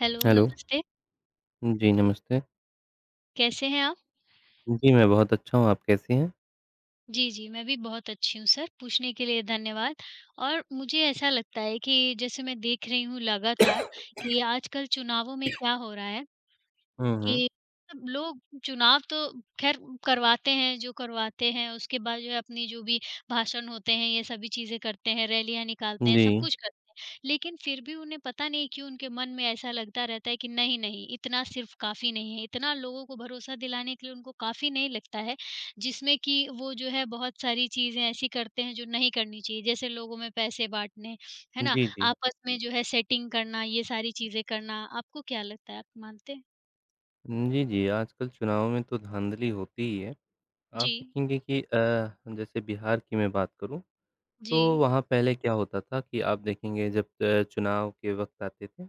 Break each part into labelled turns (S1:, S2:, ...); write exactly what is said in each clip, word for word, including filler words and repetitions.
S1: Hello,
S2: hello.
S1: नमस्ते।
S2: जी, नमस्ते।
S1: कैसे हैं आप?
S2: जी, मैं बहुत अच्छा हूँ, आप कैसी हैं?
S1: जी, जी, मैं भी बहुत अच्छी हूँ सर, पूछने के लिए धन्यवाद। और मुझे ऐसा लगता है कि जैसे मैं देख रही हूँ लगातार कि आजकल चुनावों में क्या हो रहा है
S2: हुँ, हुँ।
S1: कि सब लोग चुनाव तो ख़ैर करवाते हैं, जो करवाते हैं, उसके बाद जो है अपनी जो भी भाषण होते हैं, ये सभी चीज़ें करते हैं, रैलियाँ निकालते हैं,
S2: जी।
S1: सब कुछ करते हैं। लेकिन फिर भी उन्हें पता नहीं क्यों उनके मन में ऐसा लगता रहता है कि नहीं, नहीं, इतना सिर्फ़ काफ़ी नहीं है, इतना लोगों को भरोसा दिलाने के लिए उनको काफ़ी नहीं लगता है, जिसमें कि वो जो है बहुत सारी चीज़ें ऐसी करते हैं जो नहीं करनी चाहिए। जैसे लोगों में पैसे बाँटने, है ना?
S2: जी, जी।
S1: आपस में जो है सेटिंग करना, ये सारी चीज़ें करना। आपको क्या लगता है, आप मानते हैं?
S2: जी, जी, आजकल चुनाव में तो धाँधली होती ही है। आप
S1: जी।
S2: देखेंगे कि अ, जैसे बिहार की मैं बात करूँ, तो
S1: जी,
S2: वहाँ पहले क्या होता था कि आप देखेंगे जब अ, चुनाव के वक़्त आते थे,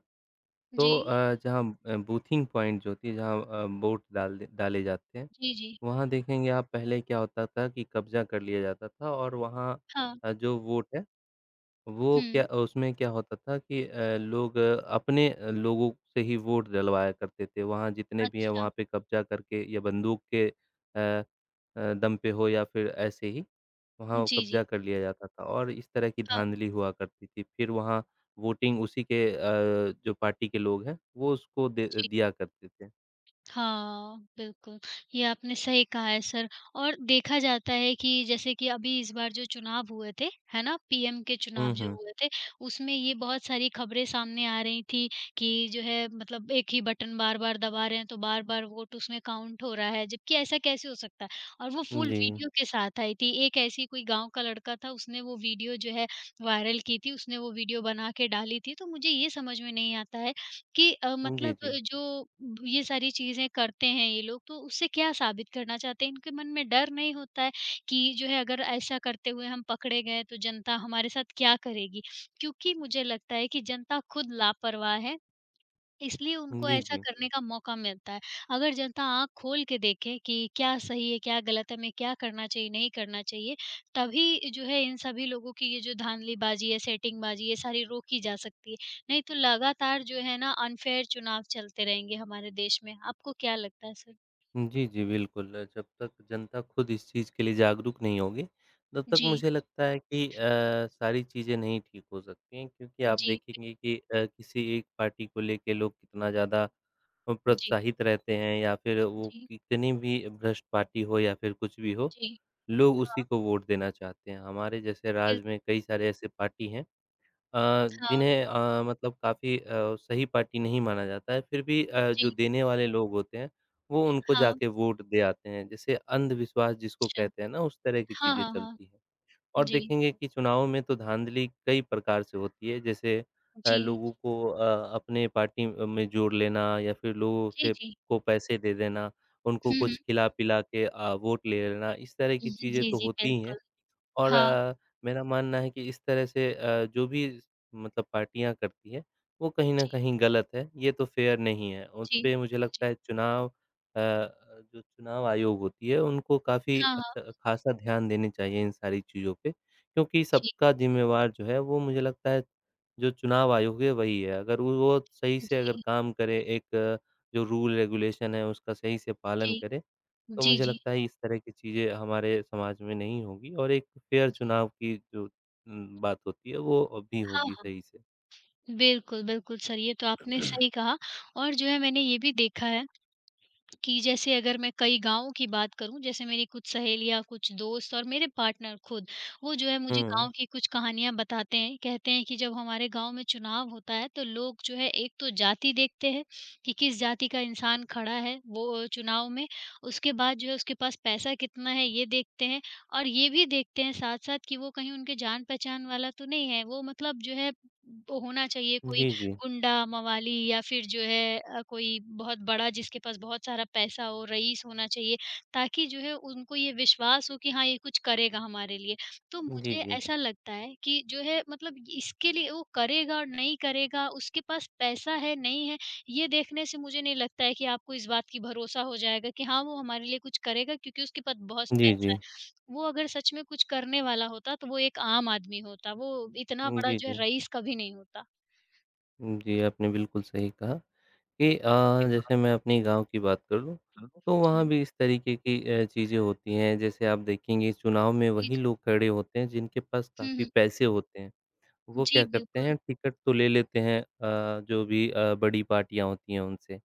S1: जी।
S2: तो अ, जहाँ अ, बूथिंग पॉइंट जो होती है, जहाँ अ, वोट डाल डाले जाते हैं,
S1: जी, जी।
S2: वहाँ देखेंगे आप पहले क्या होता था कि कब्ज़ा कर लिया जाता था और वहाँ
S1: हाँ।
S2: अ, जो वोट है वो क्या
S1: हुँ।
S2: उसमें क्या होता था कि अ, लोग अ, अपने अ, लोगों से ही वोट डलवाया करते थे। वहाँ जितने भी हैं
S1: अच्छा।
S2: वहाँ पे कब्ज़ा करके या बंदूक के अ अ, दम पे हो या फिर ऐसे ही वहाँ
S1: जी,
S2: कब्ज़ा
S1: जी।
S2: कर लिया जाता था और इस तरह की
S1: हाँ,
S2: धाँधली हुआ करती थी। फिर वहाँ वोटिंग उसी के अ, जो पार्टी के लोग हैं वो उसको दे
S1: जी।
S2: दिया करते थे।
S1: हाँ, बिल्कुल, ये आपने सही कहा है सर और देखा जाता है कि जैसे कि अभी इस बार जो चुनाव हुए थे, है ना? पीएम के
S2: हुँ,
S1: चुनाव जो
S2: हुँ।
S1: हुए थे, उसमें ये बहुत सारी खबरें सामने आ रही थी कि जो है मतलब एक ही बटन बार-बार दबा रहे हैं, तो बार-बार वोट उसमें काउंट हो रहा है, जबकि ऐसा कैसे हो सकता है? और वो फुल
S2: जी।
S1: वीडियो के साथ आई थी, एक ऐसी कोई गाँव का लड़का था, उसने वो वीडियो जो है वायरल की थी, उसने वो वीडियो बना के डाली थी, तो मुझे ये समझ में नहीं आता है कि अ,
S2: जी,
S1: मतलब
S2: जी।
S1: जो ये सारी चीज़ें करते हैं ये लोग, तो उससे क्या साबित करना चाहते हैं? इनके मन में डर नहीं होता है कि जो है अगर ऐसा करते हुए हम पकड़े गए तो जनता हमारे साथ क्या करेगी? क्योंकि मुझे लगता है कि जनता खुद लापरवाह है इसलिए उनको
S2: जी, जी।
S1: ऐसा
S2: जी
S1: करने का मौका मिलता है। अगर जनता आँख खोल के देखे कि क्या सही है, क्या गलत है, हमें क्या करना चाहिए, नहीं करना चाहिए, तभी जो है इन सभी लोगों की ये जो धाँधलीबाज़ी है, सेटिंगबाज़ी, ये सारी रोकी जा सकती है। नहीं तो लगातार जो है ना अनफ़ेयर चुनाव चलते रहेंगे हमारे देश में। आपको क्या लगता है सर?
S2: जी, जी, बिल्कुल। जब तक जनता खुद इस चीज़ के लिए जागरूक नहीं होगी, तब तक
S1: जी,
S2: मुझे लगता है कि अ, सारी चीज़ें नहीं ठीक हो सकती हैं क्योंकि आप
S1: जी, बिल
S2: देखेंगे कि अ, किसी एक पार्टी को लेके लोग कितना ज़्यादा अ,
S1: जी,
S2: प्रोत्साहित रहते हैं या फिर वो
S1: जी,
S2: कितनी भी भ्रष्ट पार्टी हो या फिर कुछ भी हो,
S1: जी।
S2: लोग उसी
S1: हाँ,
S2: को वोट देना चाहते हैं। हमारे जैसे राज्य
S1: बिल्कुल।
S2: में कई सारे ऐसे पार्टी हैं अ,
S1: हाँ,
S2: जिन्हें अ, मतलब काफ़ी अ, सही पार्टी नहीं माना जाता है, फिर भी अ, जो
S1: जी,
S2: देने वाले लोग होते हैं, वो उनको
S1: हाँ,
S2: जाके वोट दे आते हैं। जैसे अंधविश्वास जिसको
S1: अच्छा।
S2: कहते हैं ना, उस तरह की
S1: हाँ,
S2: चीज़ें
S1: हाँ, हाँ।
S2: चलती हैं। और
S1: जी,
S2: देखेंगे कि चुनाव में तो धाँधली कई प्रकार से होती है, जैसे अ,
S1: जी,
S2: लोगों को अ, अपने पार्टी में जोड़ लेना या फिर लोगों
S1: जी,
S2: से
S1: जी।
S2: को पैसे दे देना, उनको
S1: हुँ, हुँ।
S2: कुछ खिला-पिला के अ, वोट ले लेना, इस तरह की चीज़ें
S1: जी,
S2: तो
S1: जी,
S2: होती ही हैं।
S1: बिल्कुल।
S2: और
S1: हाँ।
S2: अ, मेरा मानना है कि इस तरह से अ, जो भी मतलब पार्टियाँ करती हैं, वो कहीं न
S1: जी,
S2: कहीं गलत है, ये तो फ़ेयर नहीं है।
S1: जी,
S2: उसपे मुझे लगता
S1: जी।
S2: है चुनाव अ, जो चुनाव आयोग होती है, उनको काफ़ी
S1: हाँ, हाँ।
S2: अच्छा ख़ासा ध्यान देने चाहिए इन सारी चीज़ों पे, क्योंकि
S1: जी,
S2: सबका ज़िम्मेवार जो है वो मुझे लगता है जो चुनाव आयोग है वही है। अगर वो वो सही से अगर
S1: जी,
S2: काम करे, एक अ, जो रूल रेगुलेशन है उसका सही से पालन
S1: जी।
S2: करे, तो
S1: जी,
S2: मुझे
S1: जी।
S2: लगता है इस तरह की चीज़ें हमारे समाज में नहीं होंगी और एक फेयर चुनाव की जो उम, बात होती है वो अ, भी
S1: हाँ,
S2: होगी
S1: हाँ।
S2: सही से।
S1: बिल्कुल, बिल्कुल सर, ये तो आपने सही कहा और जो है मैंने ये भी देखा है कि जैसे अगर मैं कई गाँव की बात करूँ, जैसे मेरी कुछ सहेलियाँ, कुछ दोस्त और मेरे पार्टनर खुद, वो जो है मुझे गाँव
S2: हुँ।
S1: की कुछ कहानियाँ बताते हैं। कहते हैं कि जब हमारे गाँव में चुनाव होता है तो लोग जो है एक तो जाति देखते हैं कि किस जाति का इंसान खड़ा है वो चुनाव में, उसके बाद जो है उसके पास पैसा कितना है ये देखते हैं और ये भी देखते हैं साथ-साथ कि वो कहीं उनके जान-पहचान वाला तो नहीं है। वो मतलब जो है वो होना चाहिए कोई
S2: जी, जी।
S1: गुंडा, मवाली या फिर जो है अ, कोई बहुत बड़ा जिसके पास बहुत सारा पैसा हो, रईस होना चाहिए, ताकि जो है उनको ये विश्वास हो कि हाँ, ये कुछ करेगा हमारे लिए। तो
S2: जी,
S1: मुझे
S2: जी।
S1: ऐसा लगता है कि जो है मतलब इसके लिए वो करेगा और नहीं करेगा, उसके पास पैसा है, नहीं है, ये देखने से मुझे नहीं लगता है कि आपको इस बात की भरोसा हो जाएगा कि हाँ, वो हमारे लिए कुछ करेगा क्योंकि उसके पास बहुत
S2: जी,
S1: पैसा
S2: जी।
S1: है। वो अगर सच में कुछ करने वाला होता, तो वो एक आम आदमी होता, वो इतना बड़ा
S2: जी,
S1: जो है
S2: जी।
S1: रईस कभी नहीं होता।
S2: जी, आपने बिल्कुल सही कहा कि अ, जैसे मैं अपने गाँव की बात कर लूँ, तो
S1: जी,
S2: वहाँ भी इस तरीके की अ, चीज़ें होती हैं। जैसे आप देखेंगे चुनाव में
S1: जी,
S2: वही
S1: जी।
S2: लोग खड़े होते हैं जिनके पास
S1: हुँ,
S2: काफ़ी
S1: हुँ।
S2: पैसे होते हैं। वो
S1: जी,
S2: क्या करते
S1: बिल्कुल।
S2: हैं टिकट तो ले लेते हैं अ, जो भी अ, बड़ी पार्टियाँ होती हैं उनसे।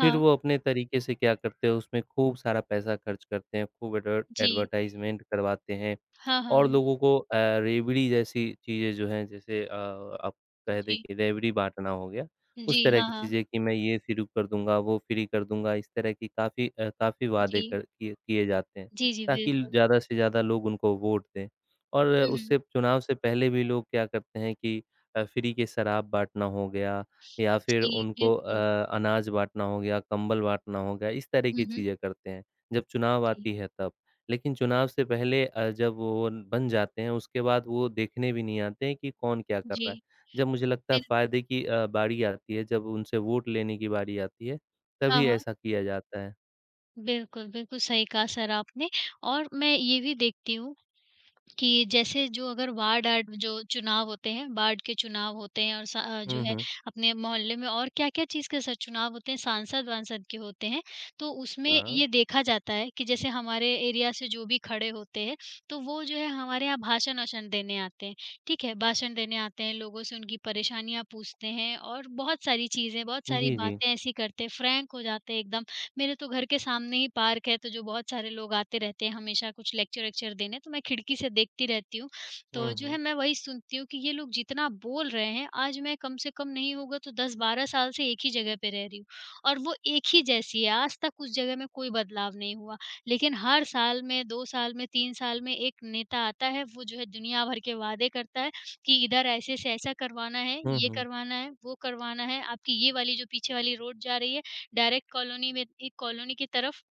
S2: फिर वो अपने तरीके से क्या करते हैं, उसमें खूब सारा पैसा खर्च करते हैं, खूब एडवर्ट
S1: जी।
S2: एडवर्टाइज़मेंट करवाते हैं
S1: हाँ, हाँ,
S2: और
S1: हाँ।
S2: लोगों को अ, रेवड़ी जैसी चीज़ें जो हैं, जैसे अ, आप कह दें
S1: जी।
S2: कि रेवड़ी बाँटना हो गया, उस
S1: जी,
S2: तरह
S1: हाँ,
S2: की
S1: हाँ।
S2: चीज़ें कि मैं ये शुरू कर दूँगा, वो फ्री कर दूँगा, इस तरह की काफ़ी अ, काफ़ी वादे
S1: जी।
S2: कर किए किए जाते हैं,
S1: जी, जी,
S2: ताकि
S1: बिल्कुल।
S2: ज़्यादा से ज़्यादा लोग उनको वोट दें और
S1: हुँ, हुँ।
S2: उससे चुनाव से पहले भी लोग क्या करते हैं कि अ, फ्री के शराब बाँटना हो गया या फिर
S1: जी,
S2: उनको अ,
S1: बिल्कुल।
S2: अनाज बाँटना हो गया, कंबल बाँटना हो गया, इस तरह
S1: हुँ,
S2: की
S1: हुँ।
S2: चीज़ें करते हैं, जब चुनाव
S1: जी,
S2: आती है तब। लेकिन चुनाव से पहले अ, जब वो बन जाते हैं, उसके बाद वो देखने भी नहीं आते हैं कि कौन क्या कर
S1: जी,
S2: रहा है। जब मुझे लगता है
S1: बिल्कुल।
S2: फ़ायदे की अ, बारी आती है, जब उनसे वोट लेने की बारी आती है,
S1: हाँ,
S2: तभी
S1: हाँ।
S2: ऐसा किया जाता है।
S1: बिल्कुल, बिल्कुल सही कहा सर आपने और मैं ये भी देखती हूँ कि जैसे जो अगर वार्ड आर्ड जो चुनाव होते हैं, वार्ड के चुनाव होते हैं और सा अ, जो
S2: हुँ,
S1: है
S2: हुँ।
S1: अपने मोहल्ले में और क्या-क्या चीज़ के स चुनाव होते हैं, सांसद-वांसद के होते हैं। तो उसमें
S2: हाँ।
S1: ये देखा जाता है कि जैसे हमारे एरिया से जो भी खड़े होते हैं, तो वो जो है हमारे यहाँ भाषण-वाषण देने आते हैं, ठीक है? भाषण देने आते हैं, लोगों से उनकी परेशानियाँ पूछते हैं और बहुत सारी चीज़ें, बहुत सारी
S2: जी, जी।
S1: बातें ऐसी करते हैं, फ्रैंक हो जाते हैं एकदम। मेरे तो घर के सामने ही पार्क है, तो जो बहुत सारे लोग आते रहते हैं हमेशा कुछ लेक्चर-वेक्चर देने, तो मैं खिड़की से देखती रहती हूँ।
S2: हुँ,
S1: तो जो
S2: हुँ।
S1: है मैं वही सुनती हूँ कि ये लोग जितना बोल रहे हैं, आज मैं कम से कम नहीं होगा तो दस बारह साल से एक ही जगह पे रह रही हूँ और वो एक ही जैसी है, आज तक उस जगह में कोई बदलाव नहीं हुआ। लेकिन हर साल में, दो साल में, तीन साल में एक नेता आता है, वो जो है दुनिया भर के वादे करता है कि इधर ऐसे से ऐसा करवाना है,
S2: हुँ,
S1: ये
S2: हुँ।
S1: करवाना है, वो करवाना है, आपकी ये वाली जो पीछे वाली रोड जा रही है डायरेक्ट कॉलोनी में एक कॉलोनी की तरफ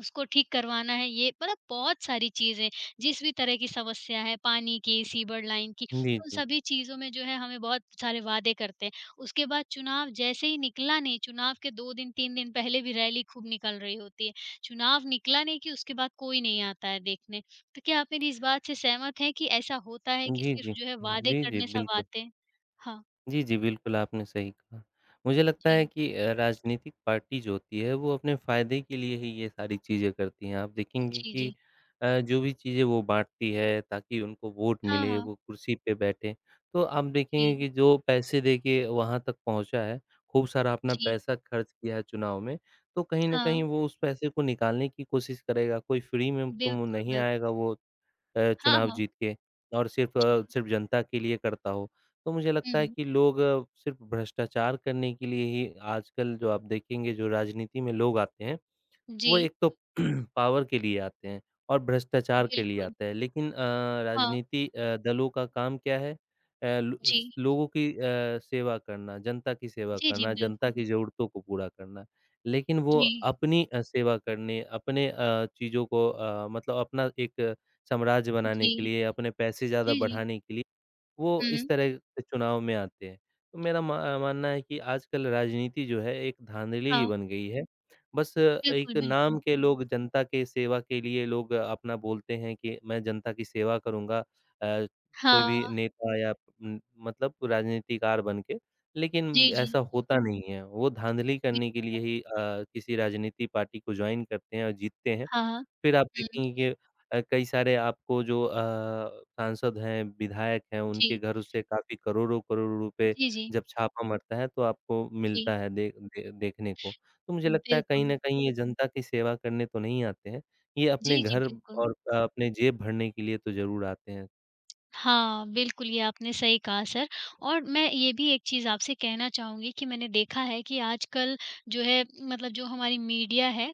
S1: उसको ठीक करवाना है ये मतलब बहुत सारी चीज़ें, जिस भी तरह की समस्या है पानी की, सीवर लाइन की,
S2: जी,
S1: उन
S2: जी।
S1: सभी चीज़ों में जो है हमें बहुत सारे वादे करते हैं। उसके बाद चुनाव जैसे ही निकला नहीं, चुनाव के दो दिन तीन दिन पहले भी रैली खूब निकल रही होती है। चुनाव निकला नहीं कि उसके बाद कोई नहीं आता है देखने। तो क्या आप मेरी इस बात से सहमत हैं कि ऐसा होता है कि
S2: जी,
S1: सिर्फ़
S2: जी।
S1: जो है वादे
S2: जी, जी,
S1: करने सा
S2: बिल्कुल।
S1: वाते हाँ,
S2: जी, जी, बिल्कुल आपने सही कहा। मुझे लगता है
S1: जी।
S2: कि अ, राजनीतिक पार्टी जो होती है वो अपने फ़ायदे के लिए ही ये सारी चीज़ें करती हैं। आप देखेंगे
S1: जी,
S2: कि
S1: जी।
S2: अ, जो भी चीज़ें वो बाँटती है ताकि उनको वोट
S1: हाँ,
S2: मिले,
S1: हाँ।
S2: वो कुर्सी पे बैठे। तो आप देखेंगे
S1: जी,
S2: कि जो पैसे दे के वहाँ तक पहुँचा है, खूब सारा अपना
S1: जी।
S2: पैसा खर्च किया है चुनाव में, तो कहीं न
S1: हाँ।
S2: कहीं वो उस पैसे को निकालने की कोशिश करेगा। कोई फ्री में तो
S1: बिल्कुल,
S2: नहीं
S1: बिल्कुल।
S2: आएगा वो अ,
S1: हाँ,
S2: चुनाव
S1: हाँ।
S2: जीत के और सिर्फ़
S1: जी।
S2: अ, सिर्फ़ जनता के लिए करता हो। तो मुझे
S1: हुँ,
S2: लगता है
S1: हुँ।
S2: कि लोग सिर्फ़ भ्रष्टाचार करने के लिए ही आजकल जो आप देखेंगे जो राजनीति में लोग आते हैं वो
S1: जी,
S2: एक तो पावर के लिए आते हैं और भ्रष्टाचार के लिए
S1: बिल्कुल।
S2: आता है लेकिन अ,
S1: हाँ,
S2: राजनीति अ, दलों का काम क्या है अ, लो
S1: जी।
S2: स लोगों की अ, सेवा करना, जनता की सेवा
S1: जी, जी,
S2: करना, जनता
S1: बिल्कुल।
S2: की ज़रूरतों को पूरा करना। लेकिन वो
S1: जी,
S2: अपनी अ, सेवा करने, अपने अ, चीज़ों को अ, मतलब अपना एक साम्राज्य बनाने
S1: जी,
S2: के लिए, अपने पैसे ज़्यादा
S1: जी, जी।
S2: बढ़ाने के लिए वो इस
S1: हुँ,
S2: तरह के चुनाव में आते हैं। तो मेरा मा मानना है कि आजकल राजनीति जो है एक धाँधली ही
S1: हाँ,
S2: बन गई है। बस
S1: बिल्कुल,
S2: एक नाम
S1: बिल्कुल।
S2: के लोग जनता के सेवा के लिए लोग अपना बोलते हैं कि मैं जनता की सेवा करूँगा अ, कोई
S1: हाँ,
S2: भी नेता या उम, मतलब राजनीतिकार बन के। लेकिन
S1: जी, जी,
S2: ऐसा होता नहीं है। वो धाँधली करने के लिए
S1: बिल्कुल।
S2: ही अ, किसी राजनीति पार्टी को जॉइन करते हैं और जीतते हैं।
S1: हाँ, हाँ।
S2: फिर आप
S1: हुँ,
S2: देखेंगे कि अ, कई सारे आपको जो अ, सांसद हैं, विधायक हैं, उनके
S1: जी,
S2: घरों से काफ़ी करोड़ों-करोड़ों रुपए
S1: जी, जी,
S2: जब छापा मरता है, तो आपको
S1: जी,
S2: मिलता है दे दे देखने को। तो मुझे लगता है कहीं
S1: बिल्कुल।
S2: न कहीं ये जनता की सेवा करने तो नहीं आते हैं, ये अपने
S1: जी, जी,
S2: घर
S1: बिल्कुल।
S2: और अ, अपने जेब भरने के लिए तो ज़रूर आते हैं।
S1: हाँ, बिल्कुल ये आपने सही कहा सर और मैं ये भी एक चीज़ आपसे कहना चाहूँगी कि मैंने देखा है कि आजकल जो है मतलब जो हमारी मीडिया है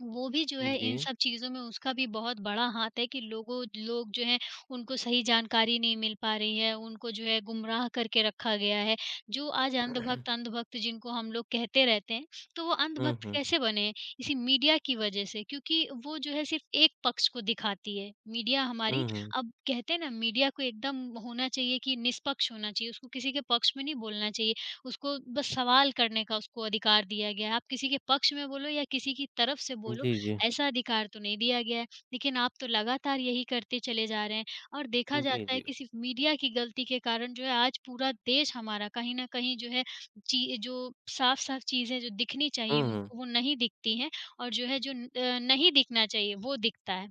S1: वो भी जो है
S2: जी।
S1: इन सब चीज़ों में उसका भी बहुत बड़ा हाथ है कि लोगों लोग जो हैं उनको सही जानकारी नहीं मिल पा रही है, उनको जो है गुमराह करके रखा गया है। जो आज अंधभक्त, अंधभक्त जिनको हम लोग कहते रहते हैं, तो वो
S2: हुँ,
S1: अंधभक्त
S2: हुँ।
S1: कैसे बने? हैं? इसी मीडिया की वज़ह से क्योंकि वो जो है सिर्फ़ एक पक्ष को दिखाती है। मीडिया हमारी
S2: हुँ, हुँ।
S1: अब कहते हैं ना मीडिया को एकदम होना चाहिए कि निष्पक्ष होना चाहिए, उसको किसी के पक्ष में नहीं बोलना चाहिए। उसको बस सवाल करने का उसको अधिकार दिया गया है। आप किसी के पक्ष में बोलो या किसी की तरफ से बोलो,
S2: जी, जी।
S1: ऐसा अधिकार तो नहीं दिया गया है। लेकिन आप तो लगातार यही करते चले जा रहे हैं और देखा
S2: जी,
S1: जाता है
S2: जी।
S1: कि सिर्फ़ मीडिया की गलती के कारण जो है आज पूरा देश हमारा कहीं न कहीं जो है ची जो साफ-साफ चीज़ें जो दिखनी चाहिए
S2: हुँ, हुँ।
S1: उनको वो नहीं दिखती हैं और जो है जो न अ, नहीं दिखना चाहिए वो दिखता है।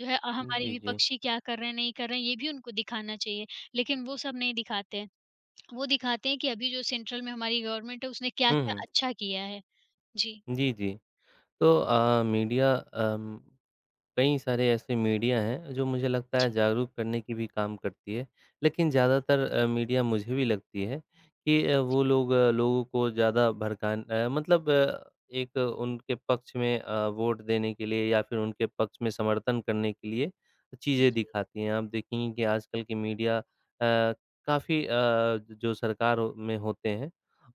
S1: जो है अ, हमारे
S2: जी, जी।
S1: विपक्षी क्या कर रहे हैं, नहीं कर रहे हैं, ये भी उनको दिखाना चाहिए, लेकिन वो सब नहीं दिखाते हैं। वो दिखाते हैं कि अभी जो सेंट्रल में हमारी गवर्नमेंट है उसने
S2: हुँ,
S1: क्या-क्या
S2: हुँ।
S1: अच्छा किया है। जी,
S2: जी, जी। तो अ, मीडिया अम कई सारे ऐसे मीडिया हैं जो मुझे लगता है
S1: जी,
S2: जागरूक करने की भी काम करती है। लेकिन
S1: जी,
S2: ज़्यादातर अ, मीडिया मुझे भी लगती है कि अ,
S1: जी,
S2: वो लोग अ, लोगों को ज़्यादा भड़कान अ, मतलब अ, एक उनके पक्ष में अ, वोट देने के लिए या फिर उनके पक्ष में समर्थन करने के लिए चीज़ें दिखाती हैं। आप देखेंगे कि आजकल की मीडिया अ, काफ़ी अ, जो सरकार हो- में होते हैं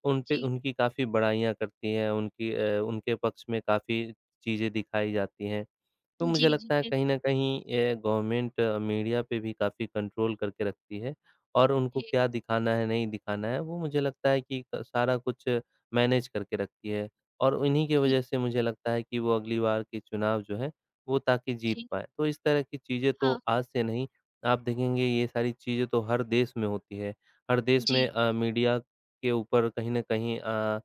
S2: उन पे
S1: जी,
S2: उनकी काफ़ी बड़ाइयाँ करती है, उनकी अ, उनके पक्ष में काफ़ी चीज़ें दिखाई जाती हैं। तो
S1: जी,
S2: मुझे
S1: जी, जी,
S2: लगता है कहीं
S1: बिल्कुल।
S2: न कहीं ये गवर्नमेंट मीडिया पे भी काफ़ी कंट्रोल करके रखती है और उनको
S1: जी,
S2: क्या दिखाना है, नहीं दिखाना है, वो मुझे लगता है कि क सारा कुछ मैनेज करके रखती है और उन्हीं की
S1: जी,
S2: वजह से मुझे लगता है कि वो अगली बार के चुनाव जो हैं, वो ताकि जीत
S1: जी,
S2: पाएँ। तो इस तरह की चीज़ें तो
S1: हाँ,
S2: आज से नहीं, आप देखेंगे ये सारी चीज़ें तो हर देश में होती है। हर देश में
S1: जी,
S2: अ, मीडिया के ऊपर कहीं न कहीं अ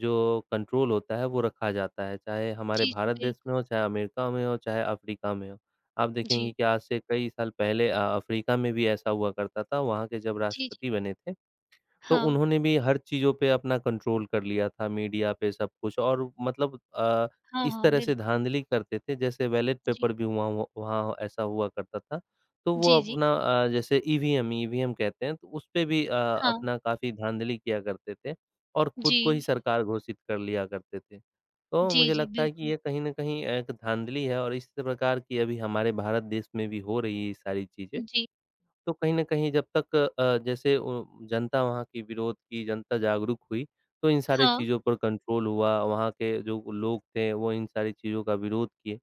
S2: जो कंट्रोल होता है वो रखा जाता है, चाहे हमारे
S1: जी, जी,
S2: भारत देश
S1: बिल्कुल।
S2: में हो, चाहे अमेरिका में हो, चाहे अफ़्रीका में हो। आप देखेंगे
S1: जी,
S2: कि आज से कई साल पहले अ, अफ़्रीका में भी ऐसा हुआ करता था, वहाँ के जब
S1: जी, जी,
S2: राष्ट्रपति बने थे तो
S1: हाँ,
S2: उन्होंने भी हर चीज़ों पे अपना कंट्रोल कर लिया था, मीडिया पे सब कुछ और मतलब अ,
S1: हाँ,
S2: इस
S1: हाँ,
S2: तरह से
S1: बिल्कुल।
S2: धाँधली करते थे जैसे बैलेट
S1: जी,
S2: पेपर भी हुआ हुआ वहाँ ऐसा हुआ करता था। तो वो
S1: जी, जी,
S2: अपना अ, जैसे ईवीएम ईवीएम कहते हैं तो उसपे भी अ,
S1: हाँ,
S2: अपना काफ़ी धाँधली किया करते थे और खुद को ही
S1: जी,
S2: सरकार घोषित कर लिया करते थे। तो
S1: जी,
S2: मुझे
S1: जी,
S2: लगता है कि
S1: बिल्कुल।
S2: ये कहीं न कहीं एक धाँधली है और इस प्रकार की अभी हमारे भारत देश में भी हो रही है ये सारी चीज़ें।
S1: जी,
S2: तो कहीं न कहीं जब तक अ, जैसे ओ जनता वहाँ की विरोध की जनता जागरूक हुई, तो इन सारी
S1: हाँ,
S2: चीज़ों पर कंट्रोल हुआ, वहाँ के जो लोग थे वो इन सारी चीज़ों का विरोध किए।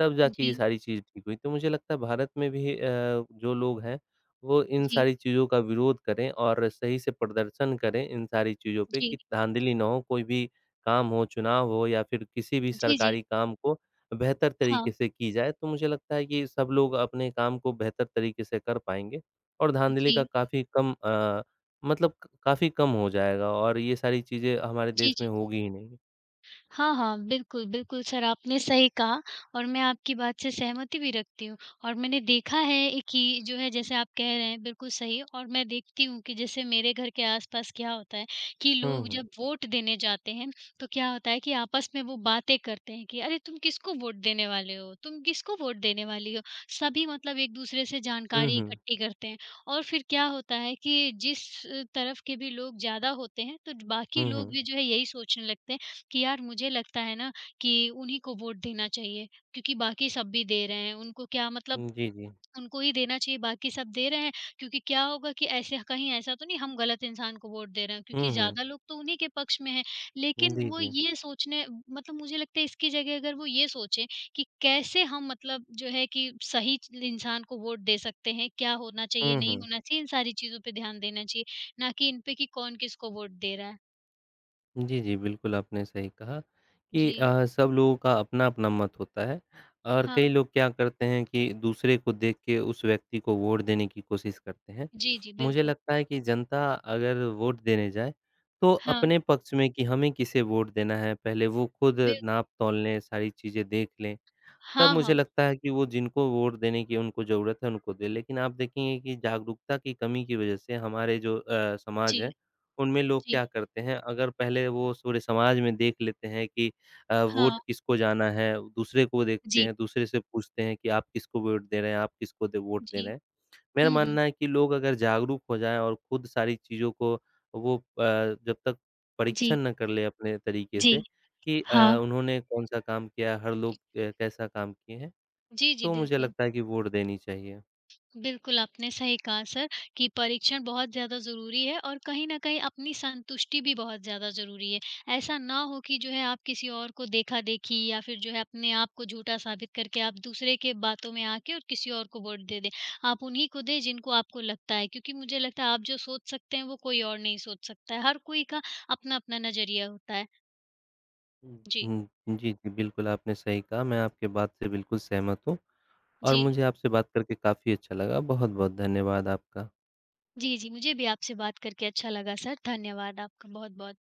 S2: तब जाके ये
S1: जी,
S2: सारी चीज़ ठीक हुई। तो मुझे लगता है भारत में भी अ, जो लोग हैं, वो इन
S1: जी,
S2: सारी चीज़ों का विरोध करें और सही से प्रदर्शन करें इन सारी चीज़ों पे कि
S1: जी,
S2: धाँधली ना हो, कोई भी काम हो, चुनाव हो या फिर किसी भी
S1: जी, जी,
S2: सरकारी काम को बेहतर
S1: हाँ,
S2: तरीके से की जाए। तो मुझे लगता है कि सब लोग अपने काम को बेहतर तरीके से कर पाएँगे और धाँधली का
S1: जी,
S2: काफ़ी कम अ, मतलब क काफ़ी कम हो जाएगा और ये सारी चीज़ें हमारे
S1: जी,
S2: देश में
S1: जी।
S2: होगी ही नहीं।
S1: हाँ, हाँ, बिल्कुल, बिल्कुल सर आपने सही कहा और मैं आपकी बात से सहमति भी रखती हूँ और मैंने देखा है कि जो है जैसे आप कह रहे हैं बिल्कुल सही और मैं देखती हूँ कि जैसे मेरे घर के आस-पास क्या होता है कि
S2: हुँ,
S1: लोग
S2: हुँ।
S1: जब वोट देने जाते हैं, तो क्या होता है कि आपस में वो बातें करते हैं कि अरे तुम किसको वोट देने वाले हो? तुम किसको वोट देने वाली हो? सभी मतलब एक-दूसरे से
S2: हुँ,
S1: जानकारी
S2: हुँ।
S1: इकट्ठी करते हैं और फिर क्या होता है कि जिस तरफ के भी लोग ज़्यादा होते हैं, तो बाकी
S2: हुँ,
S1: लोग
S2: हुँ।
S1: भी जो है यही सोचने लगते हैं कि यार मुझे लगता है ना कि उन्हीं को वोट देना चाहिए क्योंकि बाकी सब भी दे रहे हैं। उनको क्या मतलब
S2: जी, जी।
S1: उनको ही देना चाहिए बाकी सब दे रहे हैं क्योंकि क्या होगा कि ऐसे कहीं ऐसा तो नहीं हम गलत इंसान को वोट दे रहे हैं
S2: हुँ,
S1: क्योंकि
S2: हुँ।
S1: ज़्यादा लोग तो उन्हीं के पक्ष में हैं। लेकिन
S2: जी,
S1: वो
S2: जी।
S1: ये सोचने मतलब मुझे लगता है इसकी जगह अगर वो ये सोचें कि कैसे हम मतलब जो है कि सही च इंसान को वोट दे सकते हैं, क्या होना चाहिए,
S2: हुँ,
S1: नहीं
S2: हुँ।
S1: होना चाहिए, इन सारी चीज़ों पे ध्यान देना चाहिए, ना कि इन पे कि कौन किसको वोट दे रहा है।
S2: जी, जी, बिल्कुल आपने सही कहा कि
S1: जी।
S2: अ, सब लोगों का अपना-अपना मत होता है और
S1: हाँ।
S2: कई लोग क्या करते हैं कि दूसरे को देख के उस व्यक्ति को वोट देने की कोशिश करते हैं।
S1: जी, जी,
S2: मुझे
S1: बिल्कुल।
S2: लगता है कि जनता अगर वोट देने जाए, तो
S1: हाँ,
S2: अपने पक्ष में कि हमें किसे वोट देना है, पहले वो खुद
S1: बिल
S2: नाप-तौल लें, सारी चीज़ें देख लें। तब
S1: हाँ,
S2: मुझे
S1: हाँ।
S2: लगता है कि वो जिनको वोट देने की उनको ज़रूरत है, उनको दें। लेकिन आप देखेंगे कि जागरूकता की कमी की वजह से हमारे जो अ, समाज
S1: जी,
S2: है, उनमें लोग
S1: जी।
S2: क्या करते हैं, अगर पहले वो सूरे समाज में देख लेते हैं कि अ,
S1: हाँ,
S2: वोट किसको जाना है, दूसरे को देखते
S1: जी,
S2: हैं, दूसरे से पूछते हैं कि आप किसको वोट दे रहे हैं, आप किसको दे वोट दे रहे
S1: जी।
S2: हैं। मेरा
S1: हुँ, हुँ।
S2: मानना है कि लोग अगर जागरूक हो जाएँ और खुद सारी चीज़ों को वो अ, जब तक परीक्षण
S1: जी,
S2: ना कर ले अपने तरीके
S1: जी।
S2: से कि अ,
S1: हाँ।
S2: उन्होंने कौन-सा काम किया, हर लोग अ, कैसा काम किए हैं,
S1: जी, जी,
S2: तो मुझे
S1: बिल्कुल।
S2: लगता है कि वोट देनी चाहिए।
S1: बिल्कुल, आपने सही कहा सर कि परीक्षण बहुत ज़्यादा ज़रूरी है और कहीं न कहीं अपनी संतुष्टि भी बहुत ज़्यादा ज़रूरी है। ऐसा ना हो कि जो है आप किसी और को देखा-देखी या फिर जो है अपने आप को झूठा साबित करके आप दूसरे के बातों में आके और किसी और को वोट दे दें। आप उन्हीं को दें जिनको आपको लगता है क्योंकि मुझे लगता है आप जो सोच सकते हैं वो कोई और नहीं सोच सकता है। हर कोई का अपना-अपना नज़रिया होता है।
S2: हुँ।
S1: जी,
S2: हुँ, जी, जी, बिल्कुल आपने सही कहा, मैं आपके बात से बिल्कुल सहमत हूँ और
S1: जी।
S2: मुझे आपसे बात करके काफ़ी अच्छा लगा। बहुत-बहुत धन्यवाद आपका।
S1: जी, जी, मुझे भी आपसे बात करके अच्छा लगा सर। धन्यवाद आपका बहुत-बहुत।